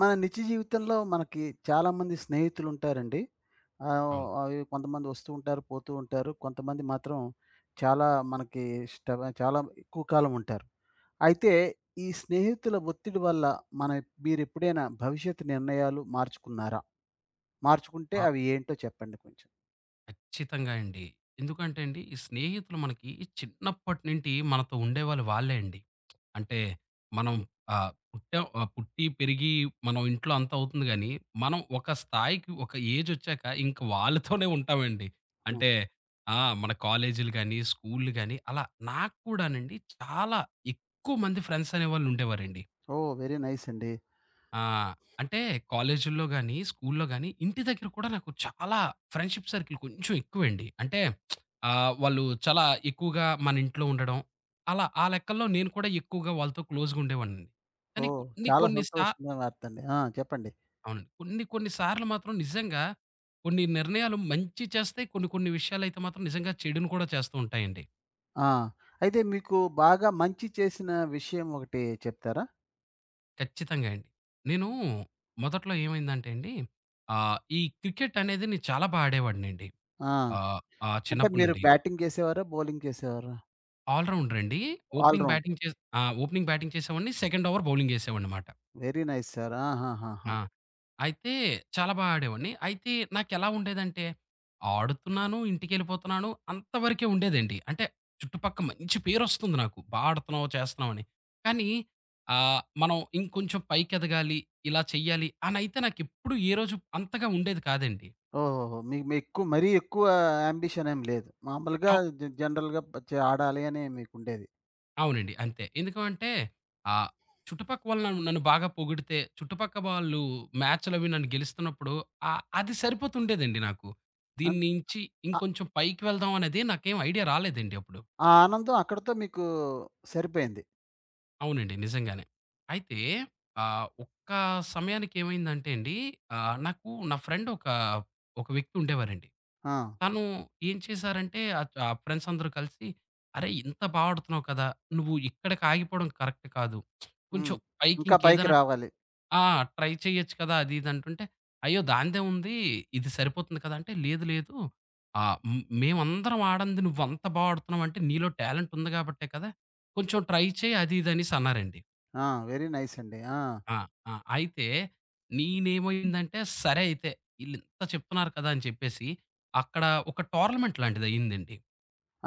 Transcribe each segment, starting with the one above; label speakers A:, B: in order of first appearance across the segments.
A: మన నిత్య జీవితంలో మనకి చాలామంది స్నేహితులు ఉంటారండి.
B: అవును.
A: అవి కొంతమంది వస్తూ ఉంటారు, పోతూ ఉంటారు. కొంతమంది మాత్రం చాలా మనకి స్ట చాలా ఎక్కువ కాలం ఉంటారు. అయితే ఈ స్నేహితుల ఒత్తిడి వల్ల మన మీరెప్పుడైనా భవిష్యత్తు నిర్ణయాలు మార్చుకున్నారా? మార్చుకుంటే
B: ఆ!
A: అవి ఏంటో చెప్పండి కొంచెం?
B: ఖచ్చితంగా అండి. ఎందుకంటే అండి, ఈ స్నేహితులు మనకి చిన్నప్పటి నుంటి మనతో ఉండేవాళ్ళు వాళ్ళే అండి. అంటే మనం పుట్టాం పుట్టి, పెరిగి మనం ఇంట్లో అంతా అవుతుంది గానీ, మనం ఒక స్థాయికి, ఒక ఏజొచ్చాక ఇంక వాళ్ళతోనే ఉంటామండి.
A: హ్మ్.
B: అంటే ఆ! మన కాలేజీలు గానీ, స్కూల్‌లు గానీ అలా నాకు కూడానండి చాలా ఎక్కువ మంది ఫ్రెండ్స్ అనేవాళ్ళు ఉండేవారండి.
A: ఓహ్, వెరీ నైస్ అండి.
B: ఆ! అంటే కాలేజుల్లో గాని, స్కూల్లో గాని, ఇంటి దగ్గర కూడా నాకు చాలా ఫ్రెండ్‌షిప్ సర్కిల్ కొంచెం ఎక్కువండి. అంటే వాళ్ళు చాలా ఎక్కువగా మన ఇంట్లో ఉండడం, అలా ఆ లెక్కల్లో నేను కూడా ఎక్కువగా వాళ్ళతో క్లోజ్‌గా ఉండేవాడినండి. కానీ
A: ఓహ్,
B: కొన్ని
A: చాలా
B: కొన్ని సా
A: సంతోషమైన వార్తండి. ఆ, చెప్పండి.
B: అవునండి. కొన్ని కొన్ని సార్లు మాత్రం నిజంగా కొన్ని నిర్ణయాలు మంచి చేస్తాయి. కొన్ని కొన్ని విషయాలైతే మాత్రం నిజంగా చెడును కూడా చేస్తూ ఉంటాయండి.
A: ఆ, అయితే మీకు బాగా మంచి చేసిన విషయం ఒకటి చెప్తారా?
B: ఖచ్చితంగా అండి. నేను మొదట్లో ఏమైందంటే అండి ఈ క్రికెట్ అనేది నేను చాలా బా ఆడేవాడినండి.
A: ఆ,
B: ఆహ్, ఆ!
A: అంటే
B: చిన్నప్పటి
A: మీరు
B: నుండి.
A: బ్యాటింగ్ చేసేవారా? బౌలింగ్ చేసేవారా?
B: ఆల్ రౌండర్ అండి.
A: All
B: opening
A: round.
B: బ్యాటింగ్ చేస్ ఆ! ఓపెనింగ్ బ్యాటింగ్ చేసేవాడిని. సెకండ్ ఓవర్ బౌలింగ్ ఏసేవాడినమాట.
A: Very nice sir. ఆహాహాహా!
B: ఆ! అయితే చాలా బా ఆడేవాడిని. అయితే నాకెలా ఉండేదంటే, ఆడుతున్నాను, ఇంటికెళ్ళిపోతున్నాను అంతవరకే ఉండేదండి. అంటే చుట్టుపక్క మంచి పేరొస్తుంది నాకు. బా ఆడుతున్నావు, చేస్తున్నావు అని. కానీ మనం ఇంకొంచెం పైకెదగాలి, ఇలా చెయ్యాలి అనయితే నాకెప్పుడు ఏ రోజు అంతగా ఉండేది కాదండి.
A: ఓహోహో! మీకు మీ ఎక్కువ మరీ ఎక్కువ యాంబిషన్ ఏమి లేదు. మామూలుగా
B: అవ్
A: జ జనరల్‌గా ప చే ఆడాలి అని మీకుండేది.
B: అవునండి. అంతే. ఎందుకు అంటే ఆహ్, చుట్టుపక్కవాళ్ళు నన్ను నన్ను బాగా పొగిడితే, చుట్టుపక్క వాళ్ళు మ్యాచ్‌లవి నన్ను గెలుస్తున్నప్పుడు అది సరిపోతుండేదండి నాకు.
A: అన్
B: దీన్నించి
A: ఆ
B: ఇంకొంచెం పైకి వెళ్దాం అనేదే నాకేం ఐడియా రాలేదండి అప్పుడు.
A: ఆ ఆనందం అక్కడితో మీకు సరిపోయింది.
B: అవునండి. నిజంగానే. అయితే ఒక్క సమయానికి ఏమైందంటే అండి నాకు నా ఫ్రెండ్ ఒక, ఒక వ్యక్తి ఉండేవారండి.
A: ఆ!
B: తను ఏం చేశారంటే ఆ ఫ్రెండ్స్ అందరూ కలిసి, "అరేయ్! ఇంత బా ఆడుతున్నావు కదా! నువ్వు ఇక్కడికి ఆగిపోవడం కరెక్ట్ కాదు.
A: హ్మ్.
B: కొంచెం పైకి
A: ఇంకా పైకి
B: ఇంకేదైనా
A: రావాలి.
B: ఆ! ట్రై చేయొచ్చు కదా!" అది ఇది అంటుంటే, "అయ్యో! దానిదే ఉంది. ఇది సరిపోతుంది కదా!" అంటే, "లేదు లేదు. ఆహ్, హ్మ్. మేమందరం ఆడంది నువ్వంత బా ఆడుతున్నావంటే, నీలో టాలెంట్ ఉంది కాబట్టే కదా! కొంచెం ట్రై చేయి." అది ఇది అనేసి అన్నారండి.
A: ఆ! వెరీ నైస్ అండి. ఆ!
B: ఆ! ఆ! అయితే నేనేమైందంటే, సరే అయితే ఈళ్ళింత చెప్తున్నారు కదా! అని చెప్పేసి, అక్కడ ఒక టోర్నమెంట్ లాంటిదయ్యిందండి.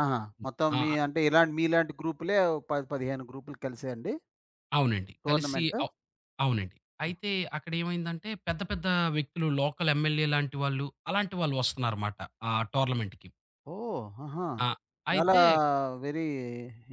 A: ఆహా! మొత్తం మీ
B: ఆ!
A: అంటే ఇలాంటి మీలాంటి గ్రూపులే 10, 15 గ్రూపులు కలిసాయండి
B: అవునండి. కలిసి
A: టోర్నమెంటు?
B: అవ్ అవునండి. అయితే అక్కడేమైందంటే, పెద్ద పెద్ద వ్యక్తులు లోకల్ ఎమ్మెల్యే లాంటి వాళ్ళు, అలాంటి వాళ్ళు వస్తున్నారమాట ఆ టోర్నమెంట్‌కి.
A: ఓహ్! ఆహా!
B: ఆ!
A: చాలా
B: అయితే
A: వెరీ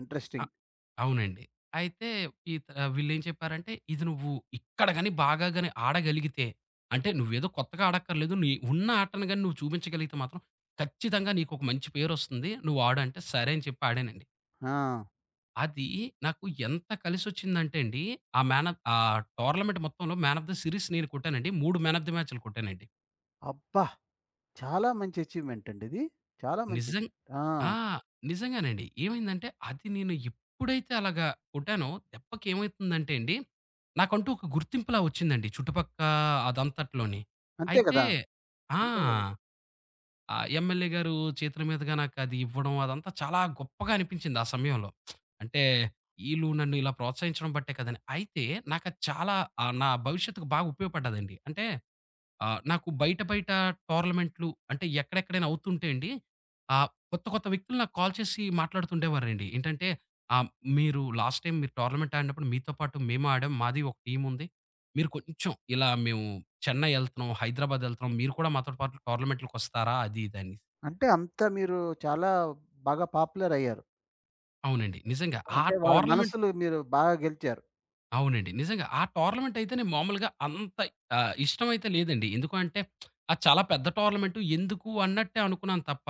A: ఇంట్రెస్టింగ్.
B: అవునండి. అయితే ఈత వీళ్ళేం చెప్పారంటే, "ఇది నువ్వు ఇక్కడ గాని బాగా గాని ఆడగలిగితే, అంటే నువ్వేదో కొత్తగా ఆడక్కర్లేదు. నీ ఉన్న ఆటను గాని నువ్వు చూపించగలిగితే మాత్రం ఖచ్చితంగా నీకొక మంచి పేరొస్తుంది. నువ్వు ఆడు" అంటే సరే అని చెప్పి ఆడానండి.
A: ఆ!
B: అది నాకు ఎంత కలిసొచ్చిందంటే అండి, ఆ మ్యాన్ ఆఫ్ ఆ టోర్నమెంట్ మొత్తంలో మ్యాన్ ఆఫ్ ద సీరీస్ నేను కొట్టానండి. 3 మ్యాన్ ఆఫ్ ద మ్యాచ్‌లు కొట్టానండి.
A: అబ్బా! చాలా మంచి అచీవ్‌మెంట్ అండి ఇది. చాలా మంచి.
B: నిజం
A: ఆ!
B: ఆ! నిజంగానండి. ఏమైందంటే అది నేను ఎప్పుడైతే అలాగా కొట్టానో దెబ్బకి ఏమైతుందంటే అండి, నాకంటూ ఒక గుర్తింపులా వచ్చిందండి చుట్టుపక్క అదంతట్లోని.
A: అంతే
B: అయితే
A: కదా!
B: ఆ!
A: అంతే కదా!
B: ఎమ్మెల్యే గారు చేతుల మీదుగా నాకది ఇవ్వడం అదంతా చాలా గొప్పగా అనిపించింది ఆ సమయంలో. అంటే ఈళ్ళు నన్ను ఇలా ప్రోత్సహించడం బట్టే కదని. అయితే నాకది చాలా నా భవిష్యత్తుకు బాగా ఉపయోగపడ్డదండి. అంటే నాకు బయట బయట టోర్నమెంట్లు అంటే ఎక్కడెక్కడైనా అవుతుంటే అండి, కొత్త కొత్త వ్యక్తులు నాకు కాల్ చేసి మాట్లాడుతుండేవారండి. ఏంటంటే ఆహ్, "మీరు లాస్ట్ టైమ్ మీరు టోర్నమెంట్ ఆడినప్పుడు మీతో పాటు మేము ఆడాం. మాది ఒక టీమ్ ఉంది. మీరు కొంచెం ఇలా మేము చెన్నై ఎళ్తున్నాం, హైదరాబాద్ ఎళ్తున్నాం. మీరు కూడా మాతో పాటు టోర్నమెంట్‌లకొస్తారా?" అది ఇది అని.
A: అంటే అంత మీరు చాలా బాగా పాపులర్ అయ్యారు.
B: అవునండి. నిజంగా ఆ
A: అంటే వాళ్ళ
B: టోర్నమెంట్
A: మనసులు మీరు బాగా గెలిచారు.
B: అవునండి. నిజంగా. ఆ టోర్నమెంట్ అయితేనే మామూలుగా అంత ఇష్టమైతే లేదండి. ఎందుకు అంటే అది చాలా పెద్ద టోర్నమెంటు ఎందుకు అన్నట్టే అనుకున్నాను తప్ప,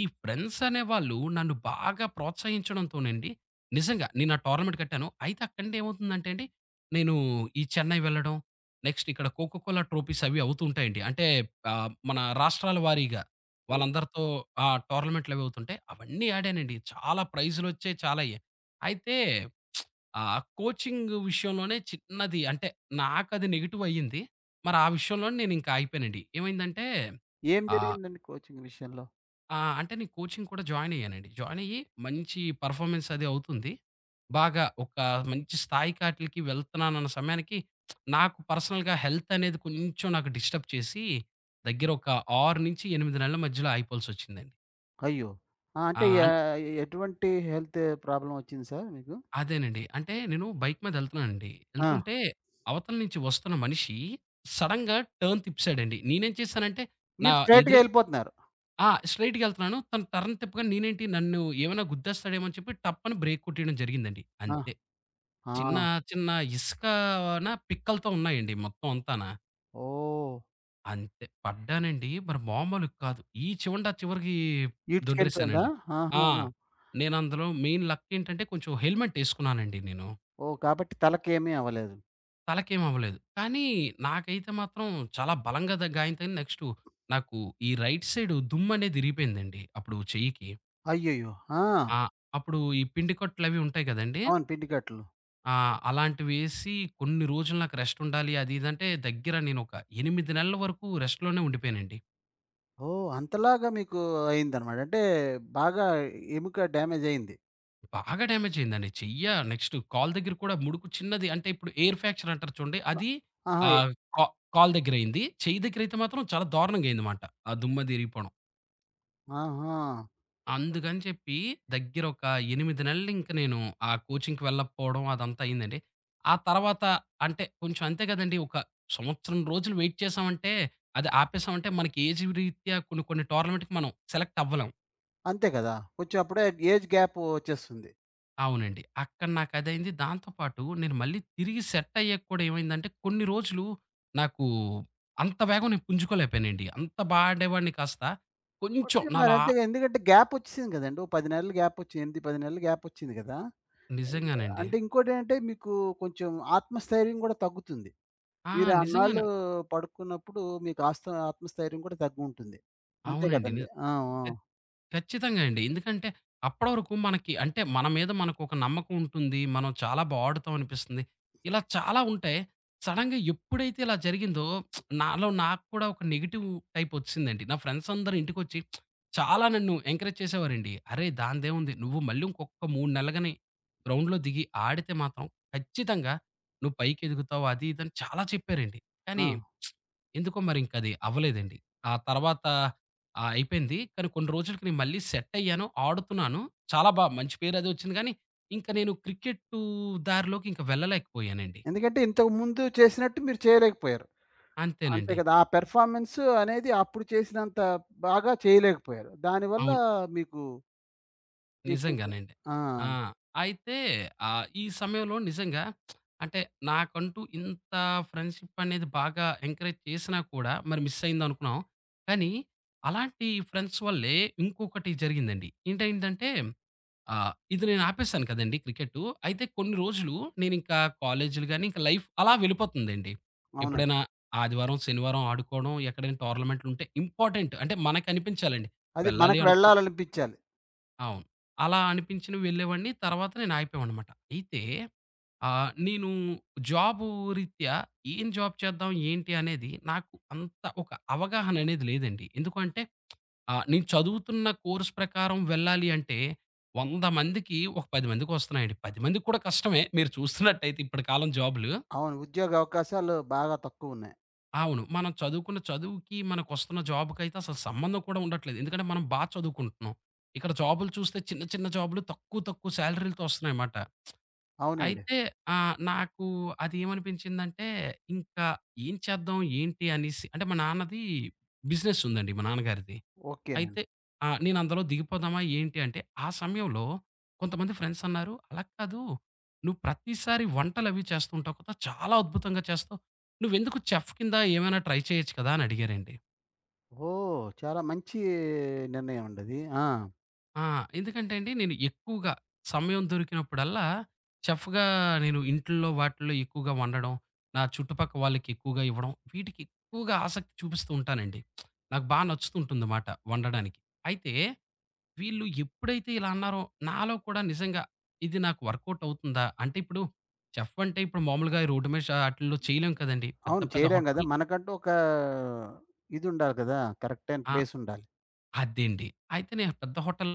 B: ఈ ఫ్రెండ్స్ అనేవాళ్ళు నన్ను బాగా ప్రోత్సహించడంతోనండి నిజంగా నేను ఆ టోర్నమెంట్ కట్టాను. అయితే అక్కడి నుండి ఏమవుతుందంటే అండి, నేను ఈ చెన్నై వెళ్ళడం, నెక్స్ట్ ఇక్కడ కోకో కోలా ట్రోఫీస్ అవి అవుతూ ఉంటాయండి. అంటే మన రాష్ట్రాల వారీగా వాళ్ళందరితో ఆ టోర్నమెంట్‌లవి అవుతుంటాయి. అవన్నీ ఆడానండి. చాలా ప్రైజ్‌లొచ్చాయి. చాలా అయ్యాయి. అయితే ఆ! కోచింగ్ విషయంలోనే చిన్నది అంటే నాకది నెగెటివ్ అయ్యింది. మరి ఆ విషయంలోనే నేనింక ఆగిపోయానండి. ఏమైందంటే
A: ఏం
B: ఆహ్,
A: జరిగిందండి కోచింగ్ విషయంలో?
B: ఆ! అంటే నేను కోచింగ్ కూడా జాయిన్ అయ్యానండి. జాయిన్ అయ్యి మంచి పెర్ఫార్మన్స్ అది అవుతుంది. బాగా ఒక మంచి స్థాయికి ఆటిలకి వెళ్తున్నానన్న సమయానికి నాకు పర్సనల్‌గా హెల్త్ అనేది కొంచెం నాకు డిస్టర్బ్ చేసి దగ్గర ఒక 6-8 నెలల మధ్యలో ఆగిపోవాల్సొచ్చిందండి.
A: అయ్యో! ఆ! అంటే
B: ఆ!
A: యా ఎటువంటి హెల్త్ ప్రాబ్లమ్ వచ్చింది సార్ మీకు?
B: అదేనండి. అంటే నేను బైక్ మీద ఎళ్తున్నానండి.
A: ఆ!
B: ఎళ్తుంటే అవతల నుంచి వస్తున్న మనిషి సడెన్‌గా టర్న్ తిప్పేసాడండి. నేనేం చేశానంటే నా
A: మీరు స్ట్రెయిట్‌గా
B: ఎదురి
A: ఎళ్ళిపోతున్నారు.
B: ఆ! స్ట్రెయిట్‌గా ఎళ్తున్నాను. తను టర్న్ తిప్పగానే నేనేంటి నన్ను ఏమైనా గుద్దేస్తాడేమో అని చెప్పి టప్పని బ్రేక్ కొట్టేయడం జరిగిందండి.
A: ఆ!
B: అంతే.
A: ఆ!
B: చిన్న చిన్న ఇసుకన పిక్కలతో ఉన్నాయండి మొత్తం అంతాన.
A: ఓహ్!
B: అంతే. పడ్డానండి. మరి మామూలు కాదు. ఈ చివండి ఆ చివరికి
A: ఈడ్చుకెళ్ళిపోయిందా?
B: దొర్లిసానండి. ఆ!
A: ఆహాహా!
B: నేను అందులో మెయిన్ లక్ ఏంటంటే కొంచెం హెల్మెట్ ఎసుకున్నానండి నేను.
A: ఓహ్, కాబట్టి తలకేమీ అవ్వలేదు.
B: తలకేం అవ్వలేదు. కానీ నాకైతే మాత్రం చాలా బలంగా ద గాయం తగిలి నెక్స్టు నాకు ఈ రైట్ సైడు దుమ్మనేది ఇరిగిపోయిందండి. అప్పుడు చెయ్యికి.
A: అయ్యయ్యో! ఆ!
B: ఆ! అప్పుడు ఈ పిండి కట్లవి ఉంటాయి గదండీ!
A: అవును, పిండి కట్టలు.
B: అలాంటివేసి కొన్ని రోజులు నాకు రెస్ట్ ఉండాలి అది ఇది అంటే దగ్గర నేనొక 8 నెలల వరకు రెస్ట్‌లోనే ఉండిపోయానండి.
A: ఓహ్, అంతలాగా మీకు అయిందనమాట. అంటే బాగా ఎముక డ్యామేజ్ అయింది.
B: బాగా డ్యామేజ్ అయిందండి. నెక్స్ట్ కాలు దగ్గర కూడా ముడుకు చిన్నది అంటే ఇప్పుడు ఎయిర్ ఫ్రాక్చర్ అంటారు చూడండి.
A: వ
B: అది
A: ఆహా! ఎ
B: ఆహ్, కా కాలు దగ్గరయింది. చెయ్యి దగ్గరైతే మాత్రం చాలా దారుణంగా అయిందన్నమాట. ఆ దుమ్మది ఇరిగిపోవడం.
A: ఆహా!
B: అందుకని చెప్పి దగ్గర ఒక 8 నెలలు ఇంక నేను ఆ కోచింగ్‌కి వెళ్ళకపోవడం అదంతా అయిందండి. ఆ తర్వాత అంటే కొంచెం అంతే కదండీ! ఒక సంవత్సరం రోజులు వెయిట్ చేశామంటే, అది ఆపేసామంటే మనకి ఏజ్ రీత్యా కొన్ని కొన్ని టోర్నమెంట్‌కి మనం సెలెక్ట్ అవ్వలేం.
A: అంతే కదా! కొంచెం అప్పుడే ఏజ్ గ్యాప్ వచ్చేస్తుంది.
B: అవునండి. అక్కడ నాకదయింది. దాంతో పాటు నేను మళ్ళీ తిరిగి సెట్ అయ్యాక కూడా ఏమైందంటే కొన్ని రోజులు నాకు అంత వేగం నేను పుంజుకోలేకపోయానండి. అంత బా ఆడేవాడిని కాస్త కొంచెం
A: కొంచెం మరి
B: నాలో ఆ
A: అంతే, ఎందుకంటే గ్యాప్ వచ్చేసింది కదండీ! ఓ 10 నెలలు గ్యాప్ వచ్చి 8, 10 నెలలు గ్యాప్ వచ్చింది కదా!
B: నిజంగానండి.
A: అంటే ఇంకోటేంటంటే మీకు కొంచెం ఆత్మస్థైర్యం కూడా తగ్గుతుంది.
B: ఆ!
A: మీరు అన్నాళ్ళు
B: నిజంగానే.
A: పడుకున్నప్పుడు మీకు ఆత్మస్థైర్యం కూడా తగ్గుంటుంది. అంతే
B: అవునండి.
A: కదండీ! ఆ! ఆ!
B: ఖచ్ ఖచ్చితంగా అండి. ఎందుకంటే అప్పటి వరకు మనకి అంటే మన మీద మనకొక నమ్మకం ఉంటుంది. మనం చాలా బా ఆడుతాం అనిపిస్తుంది. ఇలా చాలా ఉంటాయి. సడెన్‌గా ఎప్పుడైతే ఇలా జరిగిందో నాలో నాకు కూడా ఒక నెగెటివ్ టైప్ ఒచ్చేసిందండి. నా ఫ్రెండ్స్ అందరూ ఇంటికొచ్చి చాలా నన్ను ఎంకరేజ్ చేసేవారండి. "అరేయ్! దానిదేముంది నువ్వు మళ్ళీ ఇంకొక 3 నెలలు గాని గ్రౌండ్‌లో దిగి ఆడితే మాత్రం ఖచ్చితంగా నువ్వు పైకెదుగుతావు." అది ఇది అని చాలా చెప్పారండి.
A: ఆ!
B: కానీ ఎందుకో మరి ఇంకది అవ్వలేదండి. ఆ తర్వాత అయిపోయింది. కానీ కొన్ని రోజులకి నేను మళ్ళీ సెట్ అయ్యాను. ఆడుతున్నాను. చాలా బా మంచి పేరది వచ్చింది కానీ, ఇంక నేను క్రికెట్టు దారిలోకి ఇంక వెళ్ళలేకపోయానండి.
A: ఎందుకంటే ఇంతకు ముందు చేసినట్టు మీరు చేయలేకపోయారు. అంతే
B: అంతేనండి.
A: కదా. ఆ పెర్ఫార్మన్స్ అనేది అప్పుడు చేసినంత బాగా చేయలేకపోయారు. దానివల్ల
B: అవును.
A: మీకు ఇక్కడికి
B: నిజంగానండి.
A: ఆ!
B: ఆ! అయితే ఈ సమయంలో నిజంగా అంటే నాకంటూ ఇంత ఫ్రెండ్‌షిప్ అనేది బాగా ఎంకరేజ్ చేసినా కూడా మరి మిస్ అయిందనుకున్నాం. కానీ అలాంటి ఫ్రెండ్స్ వల్లే ఇంకొకటి జరిగిందండి. ఏంటైందంటే ఆ! ఇది నేను ఆపేసాను కదండీ క్రికెట్టు. అయితే కొన్ని రోజులు నేనింకా కాలేజీలు గాని, ఇంకా లైఫ్ అలా వెళ్ళిపోతుందండి.
A: అవునండి.
B: ఎప్పుడైనా ఆదివారం, శనివారం ఆడుకోవడం, ఎక్కడైనా టోర్నమెంట్లుంటే ఇంపార్టెంట్ అంటే మనకనిపించాలండి.
A: అది
B: వెళ్ళాలి
A: మనకు
B: అనుకు
A: వెళ్ళాలనిపించాలి.
B: అవును. అలా అనిపించినవి వెళ్ళేవాడిని. తర్వాత నేను ఆగిపోయామనమాట. అయితే నేను జాబు రీత్యా ఏం జాబ్ చేద్దాం, ఏంటి అనేది నాకు అంత ఒక అవగాహన అనేది లేదండి. ఎందుకు అంటే ఆ! నేను చదువుతున్న కోర్స్ ప్రకారం వెళ్ళాలి అంటే, 100 మందికి ఒక 10 మందికొస్తున్నాయండి. 10 మందికి కూడా కష్టమే. మీరు చూస్తున్నట్టయితే ఇప్పటి కాలం జాబ్‌లు.
A: అవును. ఉద్యోగ అవకాశాలు బాగా తక్కువున్నాయి.
B: అవును. మనం చదువుకున్న చదువుకి, మనకొస్తున్న జాబ్‌కైతే అసలు సంబంధం కూడా ఉండట్లేదు. ఎందుకంటే మనం బా చదువుకుంటున్నాం. ఇక్కడ జాబులు చూస్తే చిన్న, చిన్న జాబులు తక్కువ, తక్కువ సాలరీలతో వస్తున్నాయన్నమాట.
A: అవునండి.
B: అయితే నాకు అదేమనిపించిందంటే, ఇంకా ఏం చేద్దాం ఏంటి అనేసి అంటే మా నాన్నది బిజినెస్ ఉందండి మా నాన్నగారిది.
A: ఓకేనండి.
B: అయితే ఆ! నేను అందులో దిగిపోదామా ఏంటి అంటే, ఆ సమయంలో కొంతమంది ఫ్రెండ్స్ అన్నారు, "అలా కాదు నువ్వు ప్రతిసారి వంటలవి చేస్తూ ఉంటావు కదా! చాలా అద్భుతంగా చేస్తావు. నువ్వెందుకు చెఫ్ కింద ఏమైనా ట్రై చేయొచ్చు కదా!" అని అడిగారండి.
A: ఓహ్, చాలా మంచి నిర్ణయం అండి అది. ఆ!
B: ఆ! ఎందుకంటే అండి నేను ఎక్కువగా సమయం దొరికినప్పుడల్లా చెఫ్‌గా నేను ఇంట్లో వాటిల్లో ఎక్కువగా వండడం, నా చుట్టుపక్క వాళ్ళకి ఎక్కువగా ఇవ్వడం, వీటికి ఎక్కువగా ఆసక్తి చూపిస్తూ ఉంటానండి. నాకు బా నచ్చుతూ ఉంటుందమాట వండడానికి. అయితే వీళ్ళు ఎప్పుడైతే ఇలా అన్నారో, నాలో కూడా నిజంగా ఇది నాకు వర్కౌట్ అవుతుందా? అంటే ఇప్పుడు చెఫ్ అంటే ఇప్పుడు మామూలుగా ఈ రోడ్డు మీద ఆటిల్లో చేయలేం కదండీ. పెద్ద
A: అవును.
B: పెద్ద
A: చేరాం గదా!
B: హోటల్
A: మనకంటూ ఒక ఇదుండాలి కదా! కరెక్ట్ అయిన
B: ఆ!
A: ప్లేసుండాలి.
B: అదండి. అయితే నేను పెద్ద హోటల్